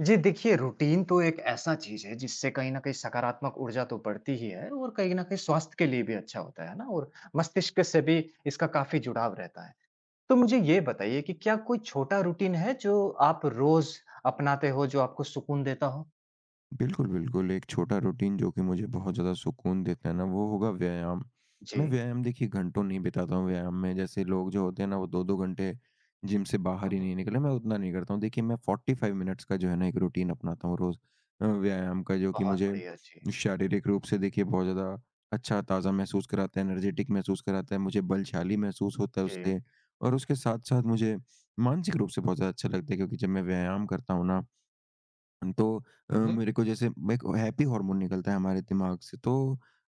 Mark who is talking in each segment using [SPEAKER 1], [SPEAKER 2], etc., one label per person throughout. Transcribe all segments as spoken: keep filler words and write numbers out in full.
[SPEAKER 1] जी देखिए, रूटीन तो एक ऐसा चीज़ है जिससे कहीं न कहीं सकारात्मक ऊर्जा तो बढ़ती ही है और कहीं न कहीं स्वास्थ्य के लिए भी अच्छा होता है, है ना? और मस्तिष्क से भी इसका काफ़ी जुड़ाव रहता है। तो मुझे ये बताइए कि क्या कोई छोटा रूटीन है जो आप रोज़ अपनाते हो, जो आपको सुकून देता हो?
[SPEAKER 2] बिल्कुल, बिल्कुल। एक छोटा रूटीन जो कि मुझे बहुत ज़्यादा सुकून देता है ना, वो होगा व्यायाम।
[SPEAKER 1] जी।
[SPEAKER 2] मैं व्यायाम देखिए घंटों नहीं बिताता हूँ व्यायाम में। जैसे लोग जो होते हैं ना, वो दो दो घंटे जिम से बाहर
[SPEAKER 1] हुँ,
[SPEAKER 2] ही
[SPEAKER 1] हुँ।
[SPEAKER 2] नहीं निकले, मैं उतना नहीं करता हूँ। देखिए, मैं फ़ोर्टी फ़ाइव मिनट्स का जो है ना, एक रूटीन अपनाता हूँ रोज़ अ, व्यायाम का, जो कि
[SPEAKER 1] बहुत
[SPEAKER 2] मुझे
[SPEAKER 1] बढ़िया, जी,
[SPEAKER 2] शारीरिक रूप से देखिए बहुत ज़्यादा अच्छा, ताज़ा महसूस कराता है, एनर्जेटिक महसूस कराता है, मुझे बलशाली महसूस होता है
[SPEAKER 1] जी।
[SPEAKER 2] उससे और उसके साथ-साथ मुझे मानसिक रूप से बहुत ज़्यादा अच्छा लगता है क्योंकि जब मैं व्यायाम करता हूँ ना तो अ,
[SPEAKER 1] हुँ, हुँ।
[SPEAKER 2] मेरे को जैसे मैं एक हैप्पी हार्मोन निकलता है हमारे दिमाग से तो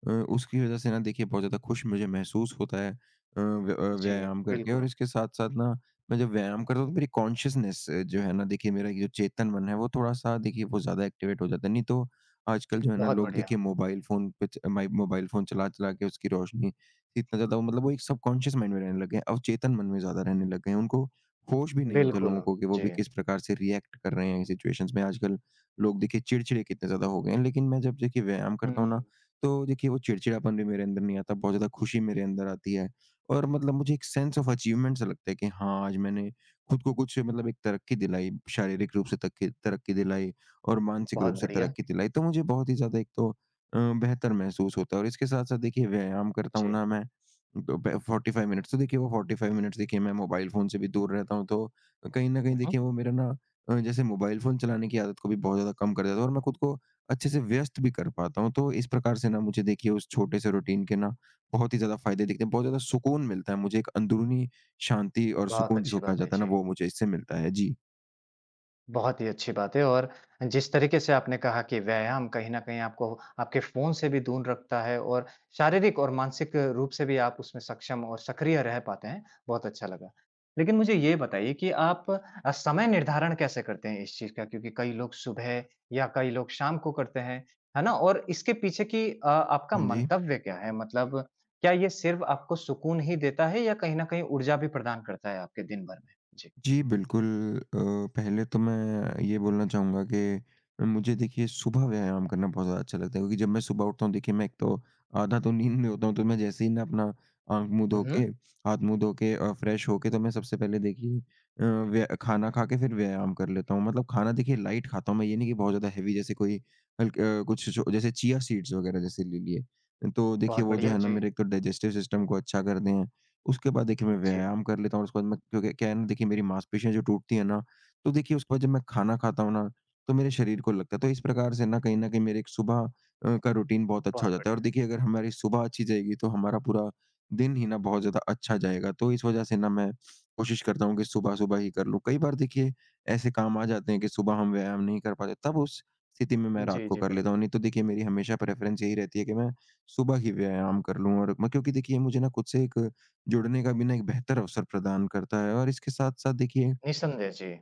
[SPEAKER 2] अ, उसकी वजह से ना देखिए बहुत ज़्यादा खुश मुझे महसूस होता है अ, व्य अ,
[SPEAKER 1] जी,
[SPEAKER 2] व्यायाम करके और
[SPEAKER 1] बिल्कुल,
[SPEAKER 2] इसके साथ-साथ ना मैं जब व्यायाम करता हूँ तो मेरी कॉन्शसनेस जो है ना देखिए मेरा ये जो चेतन मन है वो थोड़ा-सा देखिए वो ज़्यादा एक्टिवेट हो जाता है। नहीं तो आजकल जो है ना
[SPEAKER 1] बहुत
[SPEAKER 2] लोग
[SPEAKER 1] बढ़िया।
[SPEAKER 2] देखिए मोबाइल फ़ोन पे च माइ मोबाइल फ़ोन चला-चला के उसकी रोशनी से इतना ज़्यादा वो मतलब वो एक सबकॉन्शियस माइंड में रहने लग गए हैं, अवचेतन मन में ज़्यादा रहने लग गए हैं। उनको होश भी नहीं होता
[SPEAKER 1] बिल्कुल,
[SPEAKER 2] लोगों को कि वो
[SPEAKER 1] जी।
[SPEAKER 2] भी किस प्रकार से रिएक्ट कर रहे हैं सिचुएशंस में आजकल लोग देखिए चिड़चिड़े कितने ज़्यादा हो गए हैं। लेकिन मैं जब देखिए व्यायाम करता हूँ ना,
[SPEAKER 1] हुँ,
[SPEAKER 2] तो देखिए वो चिड़चिड़ापन भी मेरे अंदर नहीं आता, बहुत ज़्यादा खुशी मेरे अंदर आती है और मतलब मुझे एक सेंस ऑफ अचीवमेंट सा लगता है कि हाँ, आज मैंने खुद को कुछ मतलब एक तरक्की दिलाई, शारीरिक रूप से तक्की तरक्की दिलाई और मानसिक
[SPEAKER 1] बहुत
[SPEAKER 2] रूप से
[SPEAKER 1] बढ़िया।
[SPEAKER 2] तरक्की दिलाई। तो मुझे बहुत ही ज़्यादा एक तो अ, बेहतर महसूस होता है और इसके साथ-साथ देखिए व्यायाम करता हूँ
[SPEAKER 1] जी,
[SPEAKER 2] ना मैं तो ब फ़ोर्टी फ़ाइव मिनट्स तो देखिए वो फ़ोर्टी फ़ाइव मिनट्स देखिए मैं मोबाइल फ़ोन से भी दूर रहता हूँ, तो कहीं न कहीं
[SPEAKER 1] हुँ, हुँ।
[SPEAKER 2] देखिए वो मेरा ना अ, जैसे मोबाइल फ़ोन चलाने की आदत को भी बहुत ज़्यादा कम कर देता हूँ और मैं खुद को अच्छे से व्यस्त भी कर पाता हूँ। तो इस प्रकार से ना मुझे देखिए उस छोटे-से रूटीन के ना बहुत ही ज़्यादा फ़ायदे दिखते हैं, बहुत ज़्यादा सुकून मिलता है मुझे एक अंदरूनी शांति और
[SPEAKER 1] बहुत
[SPEAKER 2] सुकून
[SPEAKER 1] अच्छी
[SPEAKER 2] जिसको कहा
[SPEAKER 1] बात है।
[SPEAKER 2] जाता है ना
[SPEAKER 1] जी।
[SPEAKER 2] वो मुझे इससे मिलता है। जी।
[SPEAKER 1] बहुत ही अच्छी बात है और जिस तरीके से आपने कहा कि व्यायाम कहीं न कहीं आपको आपके फ़ोन से भी दूर रखता है और शारीरिक और मानसिक रूप से भी आप उसमें सक्षम और सक्रिय रह पाते हैं, बहुत अच्छा लगा। लेकिन मुझे ये बताइए कि आप अ, समय निर्धारण कैसे करते हैं इस चीज़ का? क्योंकि कई लोग सुबह या कई लोग शाम को करते हैं, है ना? और इसके पीछे की अ, आपका
[SPEAKER 2] हाँ जी।
[SPEAKER 1] मंतव्य क्या है? मतलब क्या ये सिर्फ़ आपको सुकून ही देता है या कहीं न कहीं ऊर्जा भी प्रदान करता है आपके दिन भर में? जी।
[SPEAKER 2] जी, बिल्कुल। अ, पहले तो मैं ये बोलना चाहूँगा कि मुझे देखिए सुबह व्यायाम करना बहुत ज़्यादा अच्छा लगता है क्योंकि जब मैं सुबह उठता हूँ देखिए मैं एक तो आधा तो नींद में होता हूँ, तो मैं जैसे ही ना अपना आँख मुँह
[SPEAKER 1] हुँ,
[SPEAKER 2] धो के,
[SPEAKER 1] हुँ।
[SPEAKER 2] हाथ मुँह धो के अ, फ्रेश होके तो मैं सबसे पहले देखिए अ, व्य खाना खा के फिर व्यायाम कर लेता हूँ। मतलब खाना देखिए लाइट खाता हूँ मैं, ये नहीं कि बहुत ज़्यादा हेवी जैसे कोई हल्क अ, कुछ जो जैसे चिया सीड्स वग़ैरह जैसे ले लिए। तो देखिए
[SPEAKER 1] बहुत
[SPEAKER 2] वो जो
[SPEAKER 1] बढ़िया,
[SPEAKER 2] है ना
[SPEAKER 1] जी।
[SPEAKER 2] मेरे एक तो डाइजेस्टिव सिस्टम को अच्छा कर दें। उसके बाद देखिए मैं
[SPEAKER 1] जी।
[SPEAKER 2] व्यायाम कर लेता हूँ और उसके बाद मैं क्योंकि क्या है ना देखिए मेरी मांसपेशियाँ जो टूटती है ना, तो देखिए उसके बाद जब मैं खाना खाता हूँ ना, तो मेरे शरीर को लगता है। तो इस प्रकार से ना कहीं न कहीं मेरे एक सुबह अ, का रूटीन बहुत अच्छा हो
[SPEAKER 1] बहुत
[SPEAKER 2] जाता है और
[SPEAKER 1] बढ़िया।
[SPEAKER 2] देखिए अगर हमारी सुबह अच्छी जाएगी तो हमारा पूरा दिन ही ना बहुत ज़्यादा अच्छा जाएगा। तो इस वज़ह से ना मैं कोशिश करता हूँ कि सुबह-सुबह ही कर लूँ। कई बार देखिए ऐसे काम आ जाते हैं कि सुबह हम व्यायाम नहीं कर पाते, तब उस स्थिति में मैं रात
[SPEAKER 1] जी,
[SPEAKER 2] को
[SPEAKER 1] जी,
[SPEAKER 2] कर लेता
[SPEAKER 1] बिल्कुल।
[SPEAKER 2] हूँ। नहीं तो देखिए मेरी हमेशा प्रेफ़रेंस यही रहती है कि मैं सुबह ही व्यायाम कर लूँ और मैं क्योंकि देखिए मुझे ना खुद से एक जुड़ने का भी ना एक बेहतर अवसर प्रदान करता है और इसके साथ-साथ देखिए
[SPEAKER 1] निस्संदेह जी,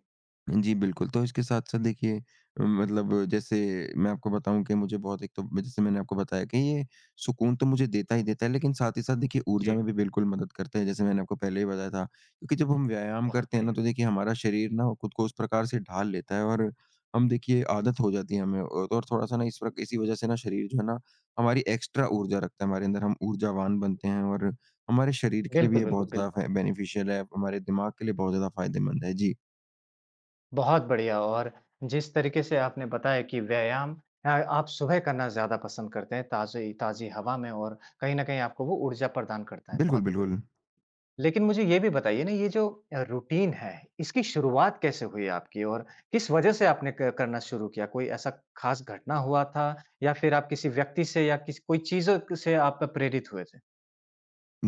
[SPEAKER 2] जी, बिल्कुल। तो इसके साथ-साथ देखिए अ, मतलब जैसे मैं आपको बताऊँ कि मुझे बहुत एक तो म जैसे मैंने आपको बताया कि ये सुकून तो मुझे देता ही देता है, लेकिन साथ ही साथ देखिए ऊर्जा
[SPEAKER 1] जी,
[SPEAKER 2] में भी बिल्कुल मदद करता है, जैसे मैंने आपको पहले ही बताया था। क्योंकि जब हम व्यायाम
[SPEAKER 1] बहुत
[SPEAKER 2] करते हैं ना,
[SPEAKER 1] बढ़िया।
[SPEAKER 2] तो देखिए हमारा शरीर ना खुद को उस प्रकार से ढाल लेता है और हम देखिए आदत हो जाती है हमें और और थोड़ा-सा ना इस प्रक इसी वज़ह से ना शरीर जो है ना, हमारी एक्स्ट्रा ऊर्जा रखता है हमारे अंदर, हम ऊर्जावान बनते हैं और हमारे शरीर के लिए भी
[SPEAKER 1] बिल्कुल,
[SPEAKER 2] ये
[SPEAKER 1] बिल्कुल,
[SPEAKER 2] बहुत ज़्यादा
[SPEAKER 1] बिल्कुल।
[SPEAKER 2] फे बेनिफिशियल है, हमारे दिमाग के लिए बहुत ज़्यादा फ़ायदेमंद है। जी,
[SPEAKER 1] बहुत बढ़िया और जिस तरीके से आपने बताया कि व्यायाम अ, आप सुबह करना ज़्यादा पसंद करते हैं, ताज़ी ताज़ी हवा में और कहीं न कहीं आपको वो ऊर्जा प्रदान करता है,
[SPEAKER 2] बिल्कुल,
[SPEAKER 1] बहुत ही बढ़िया।
[SPEAKER 2] बिल्कुल।
[SPEAKER 1] लेकिन मुझे ये भी बताइए ना, ये जो अ, रूटीन है, इसकी शुरुआत कैसे हुई आपकी और किस वजह से आपने क करना शुरू किया? कोई ऐसा खास घटना हुआ था या फिर आप किसी व्यक्ति से या किसी कोई चीज़ों क से आप प्रेरित हुए थे?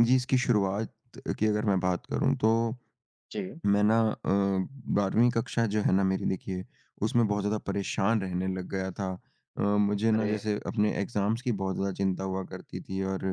[SPEAKER 2] जी, इसकी शुरुआत की अगर मैं बात करूँ तो
[SPEAKER 1] जी।
[SPEAKER 2] मैं ना अ, 12वीं कक्षा जो है ना मेरी देखिए उसमें बहुत ज़्यादा परेशान रहने लग गया था। अ, मुझे ना
[SPEAKER 1] अरे!
[SPEAKER 2] जैसे अपने एग्ज़ाम्स की बहुत ज़्यादा चिंता हुआ करती थी और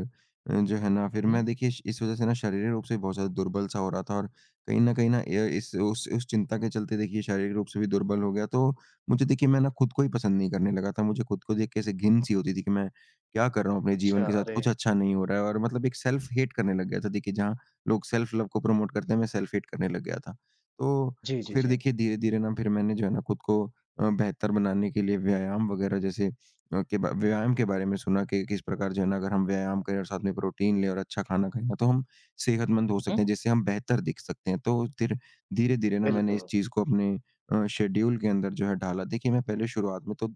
[SPEAKER 2] अ, जो है ना
[SPEAKER 1] हुँ,
[SPEAKER 2] फिर मैं
[SPEAKER 1] हुँ।
[SPEAKER 2] देखिए श इस वज़ह से ना शारीरिक रूप से बहुत ज़्यादा दुर्बल सा हो रहा था और कहीं न कहीं ना अ, इस उस उस चिंता के चलते देखिए शारीरिक रूप से भी दुर्बल हो गया। तो मुझे देखिए मैं ना खुद को ही पसंद नहीं करने लगा था। मुझे खुद को देख के ऐसे घिन सी होती थी कि मैं क्या कर रहा हूँ अपने जीवन
[SPEAKER 1] अच्छा,
[SPEAKER 2] के साथ?
[SPEAKER 1] अरे!
[SPEAKER 2] कुछ अच्छा नहीं हो रहा है और मतलब एक सेल्फ़ हेट करने लग गया था देखिए जहाँ लोग सेल्फ लव को प्रमोट करते हैं, मैं सेल्फ हेट करने लग गया था। तो
[SPEAKER 1] जी, जी,
[SPEAKER 2] फिर
[SPEAKER 1] जी।
[SPEAKER 2] देखिए धीरे-धीरे ना फिर मैंने जो है ना खुद को अ, बेहतर बनाने के लिए व्यायाम वगैरह जैसे अ, के बा व्यायाम के बारे में सुना कि किस प्रकार जो है ना अगर हम व्यायाम करें और साथ में प्रोटीन लें और अच्छा खाना खाएँ ना तो हम सेहतमंद हो
[SPEAKER 1] हुँ,
[SPEAKER 2] सकते हैं, जिससे हम बेहतर दिख सकते हैं। तो फिर धीरे-धीरे ना मैंने इस
[SPEAKER 1] बिल्कुल।
[SPEAKER 2] चीज़ को अपने अ, शेड्यूल के अंदर जो है ढाला। देखिए मैं पहले शुरुआत में तो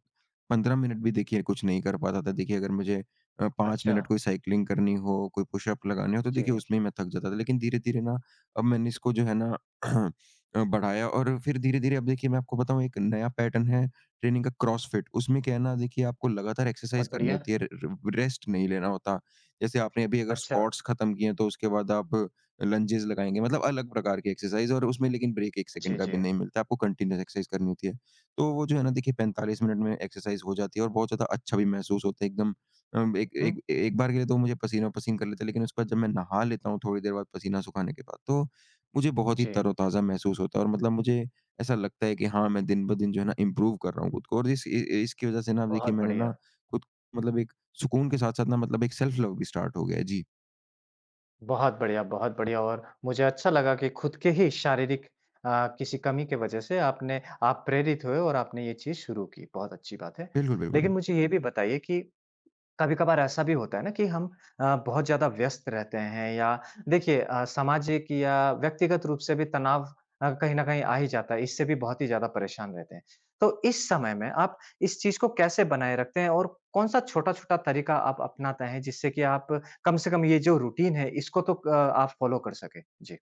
[SPEAKER 2] पंद्रह मिनट भी देखिए कुछ नहीं कर पाता था। देखिए अगर मुझे अ, पाँच
[SPEAKER 1] अच्छा,
[SPEAKER 2] मिनट कोई साइकिलिंग करनी हो, कोई पुशअप लगाने हो, तो देखिए
[SPEAKER 1] जी,
[SPEAKER 2] उसमें ही मैं थक जाता था। लेकिन धीरे-धीरे ना अब मैंने इसको जो है ना अ, बढ़ाया और फिर धीरे-धीरे अब देखिए मैं आपको बताऊँ एक नया पैटर्न है ट्रेनिंग का क्रॉसफिट। उसमें क्या है ना देखिए आपको लगातार एक्सरसाइज़
[SPEAKER 1] बहुत
[SPEAKER 2] करनी
[SPEAKER 1] बढ़िया।
[SPEAKER 2] होती है, र र रेस्ट नहीं लेना होता। जैसे आपने अभी अगर
[SPEAKER 1] अच्छा,
[SPEAKER 2] स्क्वाट्स खत्म किए हैं तो उसके बाद आप लंजेस लगाएँगे मतलब अलग प्रकार की एक्सरसाइज़ और उसमें लेकिन ब्रेक एक
[SPEAKER 1] जी,
[SPEAKER 2] सेकंड का भी
[SPEAKER 1] जी।
[SPEAKER 2] नहीं मिलता, आपको कंटीन्यूअस एक्सरसाइज़ करनी होती है। तो वो जो है ना देखिए पैंतालीस मिनट में एक्सरसाइज़ हो जाती है और बहुत ज़्यादा अच्छा भी महसूस होता है, एकदम अम, एक
[SPEAKER 1] हुँ,
[SPEAKER 2] एक एक बार के लिए तो मुझे पसीनो-पसीन कर लेता है, लेकिन उसके बाद जब मैं नहा लेता हूँ थोड़ी देर बाद पसीना सुखाने के बाद, तो मुझे बहुत ही
[SPEAKER 1] जी,
[SPEAKER 2] तरोताज़ा महसूस होता है और मतलब मुझे ऐसा लगता है कि हाँ, मैं दिन-ब-दिन जो है ना इम्प्रूव कर रहा हूँ खुद को और इस इ इ इसकी वज़ह से ना अब देखिए
[SPEAKER 1] बहुत
[SPEAKER 2] मैंने ना
[SPEAKER 1] बढ़िया,
[SPEAKER 2] खुद मतलब एक सुकून के साथ-साथ ना मतलब एक सेल्फ लव भी स्टार्ट हो गया है। जी,
[SPEAKER 1] बहुत बढ़िया, बहुत बढ़िया और मुझे अच्छा लगा कि खुद के ही शारीरिक अ, किसी कमी के वजह से आपने आप प्रेरित हुए और आपने ये चीज़ शुरू की, बहुत अच्छी बात है।
[SPEAKER 2] बिल्कुल,
[SPEAKER 1] लेकिन
[SPEAKER 2] बिल्कुल।
[SPEAKER 1] मुझे ये भी बताइए कि कभी-कभार ऐसा भी होता है ना कि हम अ, बहुत ज़्यादा व्यस्त रहते हैं या देखिए अ, सामाजिक या व्यक्तिगत रूप से भी तनाव अ, कहीं न कहीं आ ही जाता है, इससे भी बहुत ही ज़्यादा परेशान रहते हैं। तो इस समय में आप इस चीज़ को कैसे बनाए रखते हैं और कौन-सा छोटा-छोटा तरीका आप अपनाते हैं जिससे कि आप कम से कम ये जो रूटीन है इसको तो अ, आप फ़ॉलो कर सकें? जी,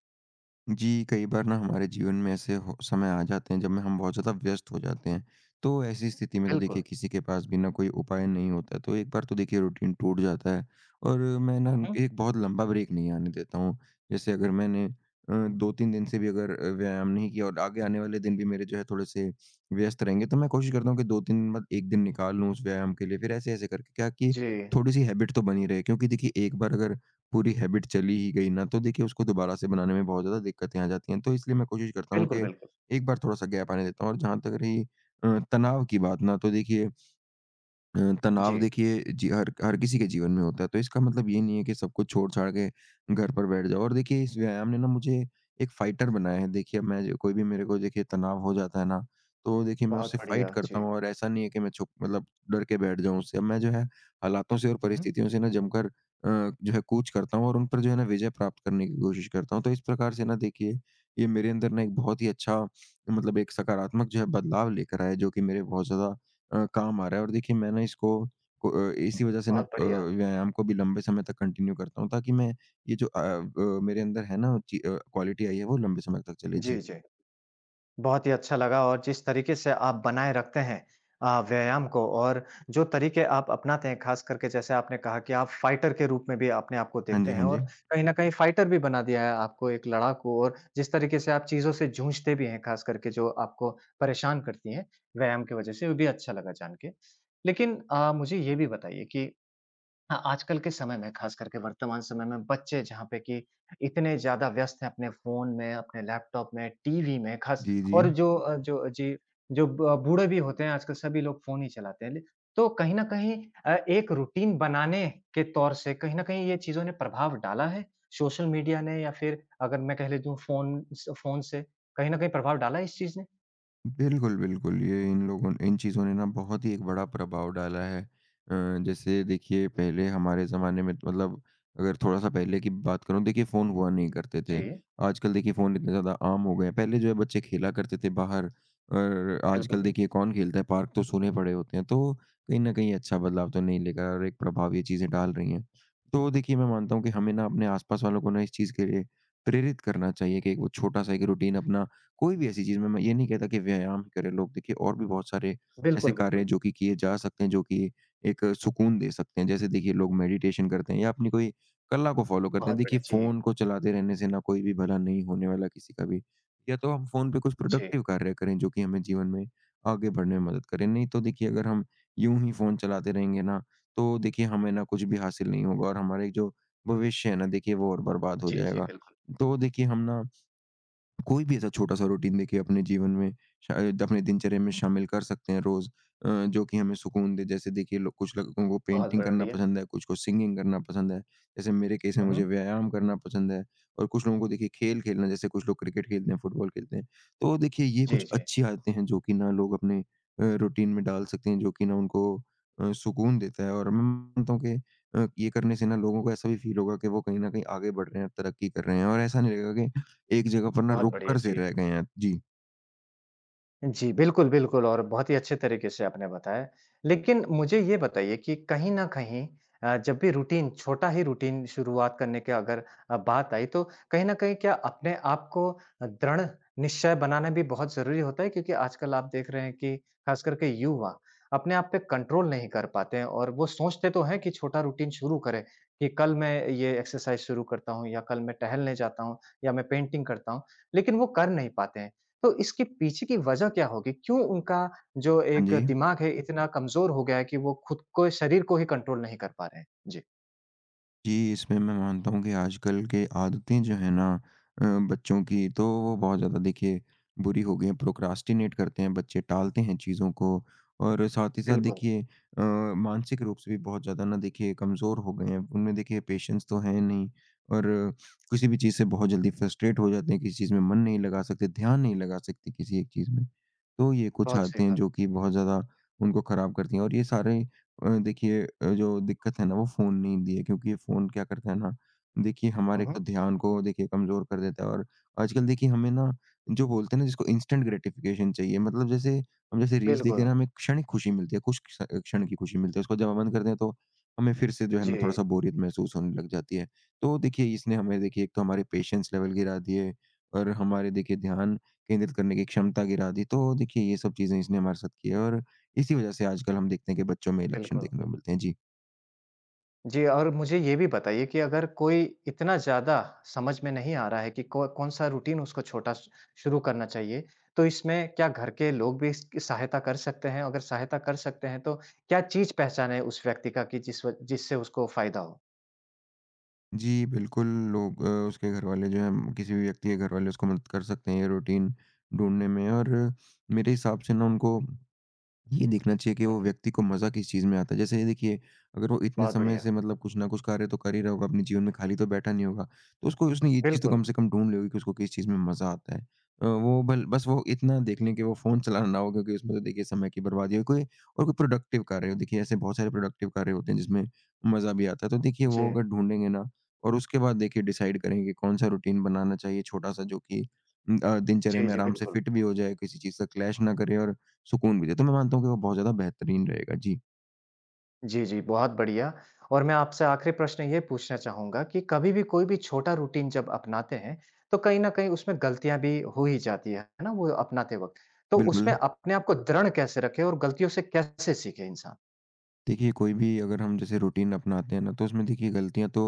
[SPEAKER 2] जी, कई बार ना हमारे जीवन में ऐसे हो समय आ जाते हैं जब में हम बहुत ज़्यादा व्यस्त हो जाते हैं। तो ऐसी स्थिति में तो
[SPEAKER 1] बिल्कुल।
[SPEAKER 2] देखिए किसी के पास भी ना कोई उपाय नहीं होता है। तो एक बार तो देखिए रूटीन टूट जाता है और मैं ना
[SPEAKER 1] हुँ, हुँ।
[SPEAKER 2] एक बहुत लंबा ब्रेक नहीं आने देता हूँ। जैसे अगर मैंने अ, दो तीन दिन से भी अगर अ, व्यायाम नहीं किया और आगे आने वाले दिन भी मेरे जो है थोड़े-से व्यस्त रहेंगे तो मैं कोशिश करता हूँ कि दो तीन मत एक दिन निकाल लूँ उस व्यायाम के लिए। फिर ऐसे-ऐसे करके क्या कि
[SPEAKER 1] जी,
[SPEAKER 2] थोड़ी-सी हैबिट तो बनी रहे क्योंकि देखिए एक बार अगर पूरी हैबिट चली ही गई ना, तो देखिए उसको दोबारा से बनाने में बहुत ज़्यादा दिक्कतें आ जाती हैं। तो इसलिए मैं कोशिश करता हूँ
[SPEAKER 1] बिल्कुल,
[SPEAKER 2] कि
[SPEAKER 1] बिल्कुल।
[SPEAKER 2] एक बार थोड़ा-सा गैप आने देता हूँ और जहाँ तक रही अ, तनाव की बात ना, तो देखिए अ, तनाव
[SPEAKER 1] जी,
[SPEAKER 2] देखिए जी हर हर किसी के जीवन में होता है तो इसका मतलब ये नहीं है कि सब कुछ छोड़-छाड़ के घर पर बैठ जाओ और देखिए इस व्यायाम ने ना मुझे एक फाइटर बनाया है। देखिए अब मैं जो कोई भी मेरे को देखिए तनाव हो जाता है ना, तो देखिए मैं
[SPEAKER 1] बहुत
[SPEAKER 2] उससे फाइट
[SPEAKER 1] बढ़िया।
[SPEAKER 2] करता
[SPEAKER 1] जी।
[SPEAKER 2] हूँ और ऐसा नहीं है कि मैं छुप मतलब डर के बैठ जाऊँ उससे। अब मैं जो है हालातों से और
[SPEAKER 1] हुँ, हुँ।
[SPEAKER 2] परिस्थितियों से ना जमकर अ, जो है कूच करता हूँ और उन पर जो है ना विजय प्राप्त करने की कोशिश करता हूँ। तो इस प्रकार से ना देखिए, ये मेरे अंदर ना एक बहुत ही अच्छा मतलब एक सकारात्मक जो है बदलाव लेकर आया, जो कि मेरे बहुत ज़्यादा अ, काम आ रहा है। और देखिए मैं ना इसको को अ, इसी वज़ह से ना
[SPEAKER 1] बहुत
[SPEAKER 2] अ,
[SPEAKER 1] बढ़िया।
[SPEAKER 2] व्यायाम को भी लंबे समय तक कंटिन्यू करता हूँ, ताकि मैं ये जो अ, ब मेरे अंदर है ना ची अ, क्वालिटी आई है, वो लंबे समय तक चले।
[SPEAKER 1] जी,
[SPEAKER 2] जी।
[SPEAKER 1] जी। बहुत ही अच्छा लगा और जिस तरीके से आप बनाए रखते हैं अ, व्यायाम को और जो तरीके आप अपनाते हैं, खास करके जैसे आपने कहा कि आप फाइटर के रूप में भी अपने आप को
[SPEAKER 2] हाँ
[SPEAKER 1] देखते
[SPEAKER 2] जी,
[SPEAKER 1] हैं
[SPEAKER 2] हाँ
[SPEAKER 1] और
[SPEAKER 2] जी।
[SPEAKER 1] कहीं न कहीं फाइटर भी बना दिया है आपको एक लड़ाकू और जिस तरीके से आप चीज़ों से जूझते भी हैं, खास करके जो आपको परेशान करती हैं व्यायाम की वज़ह से, वो भी अच्छा लगा जान के। लेकिन अ, मुझे ये भी बताइए कि हाँ, आजकल के समय में, ख़ास करके वर्तमान समय में बच्चे जहाँ पे कि इतने ज़्यादा व्यस्त हैं अपने फ़ोन में, अपने लैपटॉप में, टीवी में ख़ास
[SPEAKER 2] जी, जी।
[SPEAKER 1] और जो अ, जो जी, जो ब बूढ़े भी होते हैं आजकल सभी लोग फ़ोन ही चलाते हैं। ले तो कहीं न कहीं अ, एक रूटीन बनाने के तौर से कहीं न कहीं ये चीज़ों ने प्रभाव डाला है, सोशल मीडिया ने या फिर अगर मैं कह ले दूँ फ़ोन स फ़ोन से कहीं न कहीं प्रभाव डाला है इस चीज़ ने?
[SPEAKER 2] बिल्कुल, बिल्कुल। ये इन लोगों इन चीज़ों ने ना बहुत ही एक बड़ा प्रभाव डाला है। अ, जैसे देखिए पहले हमारे ज़माने में मतलब, अगर थोड़ा-सा पहले की बात करूँ, देखिए फ़ोन हुआ नहीं करते थे।
[SPEAKER 1] जी,
[SPEAKER 2] आजकल देखिए फ़ोन इतने ज़्यादा आम हो गए हैं। पहले जो है बच्चे खेला करते थे बाहर, और
[SPEAKER 1] बिल्कुल,
[SPEAKER 2] आजकल
[SPEAKER 1] बिल्कुल।
[SPEAKER 2] देखिए कौन खेलता है, पार्क तो सूने पड़े होते हैं। तो कहीं न कहीं अच्छा बदलाव तो नहीं, लेकर और एक प्रभाव ये चीज़ें डाल रही हैं। तो देखिए मैं मानता हूँ कि हमें ना अपने आस-पास वालों को ना इस चीज़ के लिए प्रेरित करना चाहिए, कि एक वो छोटा-सा एक रूटीन अपना, कोई भी ऐसी चीज़ में। मैं ये नहीं कहता कि व्यायाम ही करें लोग। देखिए और भी बहुत सारे ऐसे
[SPEAKER 1] बिल्कुल,
[SPEAKER 2] कार्य
[SPEAKER 1] बिल्कुल।
[SPEAKER 2] हैं जो कि किए जा सकते हैं, जो कि एक सुकून दे सकते हैं। जैसे देखिए लोग मेडिटेशन करते हैं या अपनी कोई कला को फ़ॉलो करते
[SPEAKER 1] बहुत
[SPEAKER 2] हैं।
[SPEAKER 1] बढ़िया।
[SPEAKER 2] देखिए
[SPEAKER 1] जी,
[SPEAKER 2] फ़ोन को चलाते रहने से ना कोई भी भला नहीं होने वाला किसी का भी। या तो हम फ़ोन पे कुछ
[SPEAKER 1] जी।
[SPEAKER 2] प्रोडक्टिव कार्य करें, जो कि हमें जीवन में आगे बढ़ने में मदद करें। नहीं तो देखिए, अगर हम यूँ ही फ़ोन चलाते रहेंगे ना, तो देखिए हमें ना कुछ भी हासिल नहीं होगा, और हमारे जो भविष्य है ना, देखिए वो और बर्बाद हो
[SPEAKER 1] जी, जी,
[SPEAKER 2] जाएगा।
[SPEAKER 1] बिल्कुल।
[SPEAKER 2] तो देखिए हम ना कोई भी ऐसा छोटा-सा रूटीन देखिए अपने जीवन में, शायद अपने दिनचर्या में शामिल कर सकते हैं रोज़, अ, जो कि हमें सुकून दे। जैसे देखिए लो कुछ लोगों को
[SPEAKER 1] बहुत
[SPEAKER 2] पेंटिंग करना
[SPEAKER 1] बढ़िया।
[SPEAKER 2] पसंद है, कुछ को सिंगिंग करना पसंद है। जैसे मेरे केस में
[SPEAKER 1] हुँ,
[SPEAKER 2] मुझे
[SPEAKER 1] हुँ।
[SPEAKER 2] व्यायाम करना पसंद है, और कुछ लोगों को देखिए खेल खेलना, जैसे कुछ लोग क्रिकेट खेलते हैं, फुटबॉल खेलते हैं। तो देखिए ये
[SPEAKER 1] जी,
[SPEAKER 2] कुछ
[SPEAKER 1] जी।
[SPEAKER 2] अच्छी आदतें हैं जो कि ना लोग अपने अ, रूटीन में डाल सकते हैं, जो कि ना उनको अ, सुकून देता है, और मैं मानता हूँ कि अ, ये करने से ना लोगों को ऐसा भी फ़ील होगा, कि वो कहीं न कहीं आगे बढ़ रहे हैं, तरक्की कर रहे हैं, और ऐसा नहीं लगेगा कि एक जगह पर ना
[SPEAKER 1] बहुत
[SPEAKER 2] रुक
[SPEAKER 1] बढ़िया,
[SPEAKER 2] कर से
[SPEAKER 1] जी।
[SPEAKER 2] रह गए हैं। जी।
[SPEAKER 1] जी, बिल्कुल, बिल्कुल और बहुत ही अच्छे तरीके से आपने बताया। लेकिन मुझे ये बताइए कि कहीं न कहीं अ, जब भी रूटीन छोटा ही रूटीन शुरुआत करने की अगर अ, बात आई तो कहीं न कहीं क्या अपने आप को अ, दृढ़ निश्चय बनाना भी बहुत ज़रूरी होता है? क्योंकि आजकल आप देख रहे हैं कि ख़ास करके युवा अपने आप पे कंट्रोल नहीं कर पाते हैं और वो सोचते तो हैं कि छोटा रूटीन शुरू करें कि कल मैं ये एक्सरसाइज़ शुरू करता हूँ या कल मैं टहलने जाता हूँ या मैं पेंटिंग करता हूँ, लेकिन वो कर नहीं पाते हैं। तो इसके पीछे की वजह क्या होगी? क्यों उनका जो
[SPEAKER 2] हाँ
[SPEAKER 1] एक
[SPEAKER 2] जी।
[SPEAKER 1] दिमाग है इतना कमज़ोर हो गया है कि वो खुद को शरीर को ही कंट्रोल नहीं कर पा रहे हैं? जी,
[SPEAKER 2] जी, इसमें मैं मानता हूँ कि आजकल के आदतें जो हैं ना, अ, बच्चों की, तो वो बहुत ज़्यादा देखिए बुरी हो गई हैं। प्रोक्रास्टिनेट करते हैं बच्चे, टालते हैं चीज़ों को, और साथ ही साथ
[SPEAKER 1] बिल्कुल,
[SPEAKER 2] देखिए अ, मानसिक रूप से भी बहुत ज़्यादा ना देखिए कमज़ोर हो गए हैं। उनमें देखिए पेशेंस तो है नहीं, और किसी भी चीज़ से बहुत जल्दी फ्रस्ट्रेट हो जाते हैं, किसी चीज़ में मन नहीं लगा सकते, ध्यान नहीं लगा सकते किसी एक चीज़ में। तो ये कुछ
[SPEAKER 1] बहुत सही
[SPEAKER 2] आदतें हैं
[SPEAKER 1] बात।
[SPEAKER 2] जो कि बहुत ज़्यादा उनको ख़राब करती हैं, और ये सारे अ, देखिए, अ, जो दिक्कत है ना, वो फ़ोन ने ही दी है, क्योंकि ये फ़ोन क्या करता है ना, देखिए
[SPEAKER 1] हुँ,
[SPEAKER 2] हमारे एक
[SPEAKER 1] हुँ,
[SPEAKER 2] तो ध्यान को देखिए कमज़ोर कर देता है। और आजकल देखिए हमें ना, जो बोलते हैं ना, जिसको इंस्टेंट ग्रेटिफिकेशन चाहिए, मतलब जैसे हम जैसे रील्स देखते हैं
[SPEAKER 1] बिल्कुल।
[SPEAKER 2] ना, हमें क्षणिक खुशी मिलती है, कुछ क्ष क्षण की खुशी मिलती है, उसको जब हम बंद करते हैं, तो हमें फिर से जो है
[SPEAKER 1] जी,
[SPEAKER 2] ना थोड़ा-सा बोरियत महसूस होने लग जाती है। तो देखिए इसने हमें देखिए एक तो हमारे पेशेंस लेवल गिरा दिए, और हमारे देखिए ध्यान केंद्रित करने की क्षमता गिरा दी। तो देखिए ये सब चीज़ें इसने हमारे साथ की है, और इसी वजह से आजकल हम देखते हैं कि बच्चों में ये लक्षण
[SPEAKER 1] बिल्कुल।
[SPEAKER 2] देखने को मिलते हैं। जी।
[SPEAKER 1] जी और मुझे ये भी बताइए कि अगर कोई इतना ज़्यादा समझ में नहीं आ रहा है कि कौ कौन-सा रूटीन उसको छोटा श शुरू करना चाहिए, तो इसमें क्या घर के लोग भी इसकी सहायता कर सकते हैं? अगर सहायता कर सकते हैं तो क्या चीज़ पहचाने उस व्यक्ति का कि जिस व जिससे उसको फ़ायदा हो?
[SPEAKER 2] जी, बिल्कुल। लोग अ, उसके घरवाले जो हैं, किसी भी व्यक्ति के घरवाले, उसको मदद कर सकते हैं ये रूटीन ढूँढने में। और मेरे हिसाब से ना उनको ये देखना चाहिए कि
[SPEAKER 1] हुँ,
[SPEAKER 2] वो
[SPEAKER 1] हुँ,
[SPEAKER 2] व्यक्ति को मज़ा किस चीज़ में आता है। जैसे ये देखिए, अगर वो इतने
[SPEAKER 1] बहुत
[SPEAKER 2] समय
[SPEAKER 1] बढ़िया।
[SPEAKER 2] से मतलब कुछ ना कुछ कार्य तो कर ही रहा होगा, अपने जीवन में खाली तो बैठा नहीं होगा। तो उसको उसने ये चीज़ तो
[SPEAKER 1] बिल्कुल।
[SPEAKER 2] कम से कम ढूँढ ली होगी कि उसको किस चीज़ में मज़ा आता है। अ, वो भल बस वो इतना देख लें कि वो फ़ोन चलाना ना हो, क्योंकि उसमें तो देखिए समय की बर्बादी है। कोई और कोई प्रोडक्टिव कार्य हो, देखिए ऐसे बहुत सारे प्रोडक्टिव कार्य होते हैं जिसमें मज़ा भी आता है। तो देखिए
[SPEAKER 1] जी।
[SPEAKER 2] वो अगर ढूँढेंगे ना, और उसके बाद देखिए डिसाइड करेंगे कि कौन-सा रूटीन बनाना चाहिए छोटा-सा, जो कि उम, अ, दिनचर्या
[SPEAKER 1] जी,
[SPEAKER 2] में
[SPEAKER 1] जी,
[SPEAKER 2] आराम से
[SPEAKER 1] बिल्कुल।
[SPEAKER 2] फिट भी हो जाए, किसी चीज़ का क्लैश ना करे, और सुकून भी दे, तो मैं मानता हूँ कि वो बहुत ज़्यादा बेहतरीन रहेगा। जी,
[SPEAKER 1] जी, जी, बहुत बढ़िया और मैं आपसे आखिरी प्रश्न ये पूछना चाहूँगा कि कभी भी कोई भी छोटा रूटीन जब अपनाते हैं, तो कहीं न कहीं उसमें गलतियाँ भी हो ही जाती है, है ना? वो अपनाते वक़्त। तो
[SPEAKER 2] बिल्कुल।
[SPEAKER 1] उसमें अपने आप को दृढ़ कैसे रखें और गलतियों से कैसे सीखे इंसान?
[SPEAKER 2] देखिए, कोई भी अगर हम जैसे रूटीन अपनाते हैं ना, तो उसमें देखिए गलतियाँ तो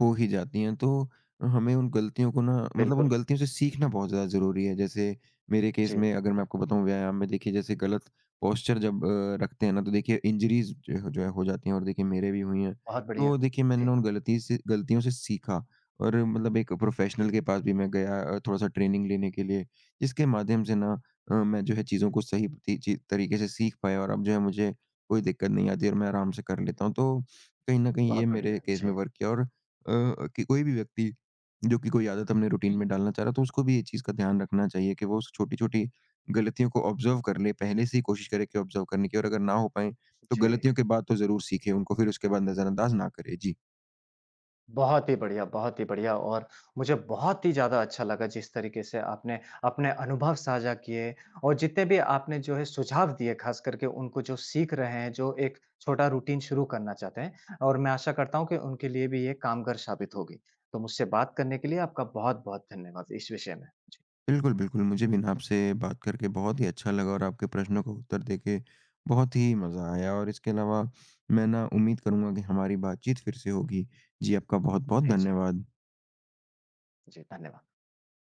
[SPEAKER 2] हो ही जाती हैं। तो हमें उन गलतियों को ना मतलब उन
[SPEAKER 1] बिल्कुल।
[SPEAKER 2] गलतियों से सीखना बहुत ज़्यादा ज़रूरी है। जैसे मेरे केस
[SPEAKER 1] जी,
[SPEAKER 2] में अगर मैं आपको बताऊँ, व्यायाम में देखिए जैसे गलत पोस्चर जब अ, रखते हैं ना, तो देखिए इंजरीज़ जो है जो है हो जाती हैं, और देखिए मेरे भी हुई हैं।
[SPEAKER 1] बहुत बढ़िया।
[SPEAKER 2] तो देखिए मैंने
[SPEAKER 1] जी,
[SPEAKER 2] ना उन गलती से गलतियों से सीखा, और मतलब एक प्रोफ़ेशनल के पास भी मैं गया अ, थोड़ा-सा ट्रेनिंग लेने के लिए। जिसके माध्यम से ना अ, मैं जो है चीज़ों को सही ती ची तरीके से सीख पाया, और अब जो है मुझे कोई दिक्कत नहीं आती, और मैं आराम से कर लेता हूँ। तो कहीं न कहीं ये
[SPEAKER 1] बहुत
[SPEAKER 2] मेरे
[SPEAKER 1] बढ़िया।
[SPEAKER 2] केस
[SPEAKER 1] जी।
[SPEAKER 2] में वर्क किया, और अ, कि कोई भी व्यक्ति जो कि कोई आदत अपने रूटीन
[SPEAKER 1] हुँ।
[SPEAKER 2] में डालना चाह रहा है, तो उसको भी ये चीज़ का ध्यान रखना चाहिए कि वो उस छोटी-छोटी गलतियों को ऑब्ज़र्व कर ले, पहले से ही कोशिश करे कि ऑब्ज़र्व करने की, और अगर ना हो पाएँ, तो
[SPEAKER 1] जी।
[SPEAKER 2] गलतियों के बाद तो ज़रूर सीखे उनको, फिर उसके बाद नज़रअंदाज ना करे। जी।
[SPEAKER 1] बहुत ही बढ़िया, बहुत ही बढ़िया और मुझे बहुत ही ज़्यादा अच्छा लगा जिस तरीके से आपने अपने अनुभव साझा किए और जितने भी आपने जो है सुझाव दिए ख़ास करके उनको जो सीख रहे हैं, जो एक छोटा रूटीन शुरू करना चाहते हैं और मैं आशा करता हूँ कि उनके लिए भी ये कामगर साबित होगी। तो मुझसे बात करने के लिए आपका बहुत-बहुत धन्यवाद इस विषय में। जी,
[SPEAKER 2] बिल्कुल, बिल्कुल। मुझे भी ना आपसे बात करके बहुत ही अच्छा लगा, और आपके प्रश्नों का उत्तर देके बहुत ही मज़ा आया, और इसके अलावा मैं ना उम्मीद करूँगा कि हमारी बातचीत फिर से होगी। जी, आपका बहुत-बहुत
[SPEAKER 1] जी, जी।
[SPEAKER 2] धन्यवाद।
[SPEAKER 1] जी, धन्यवाद।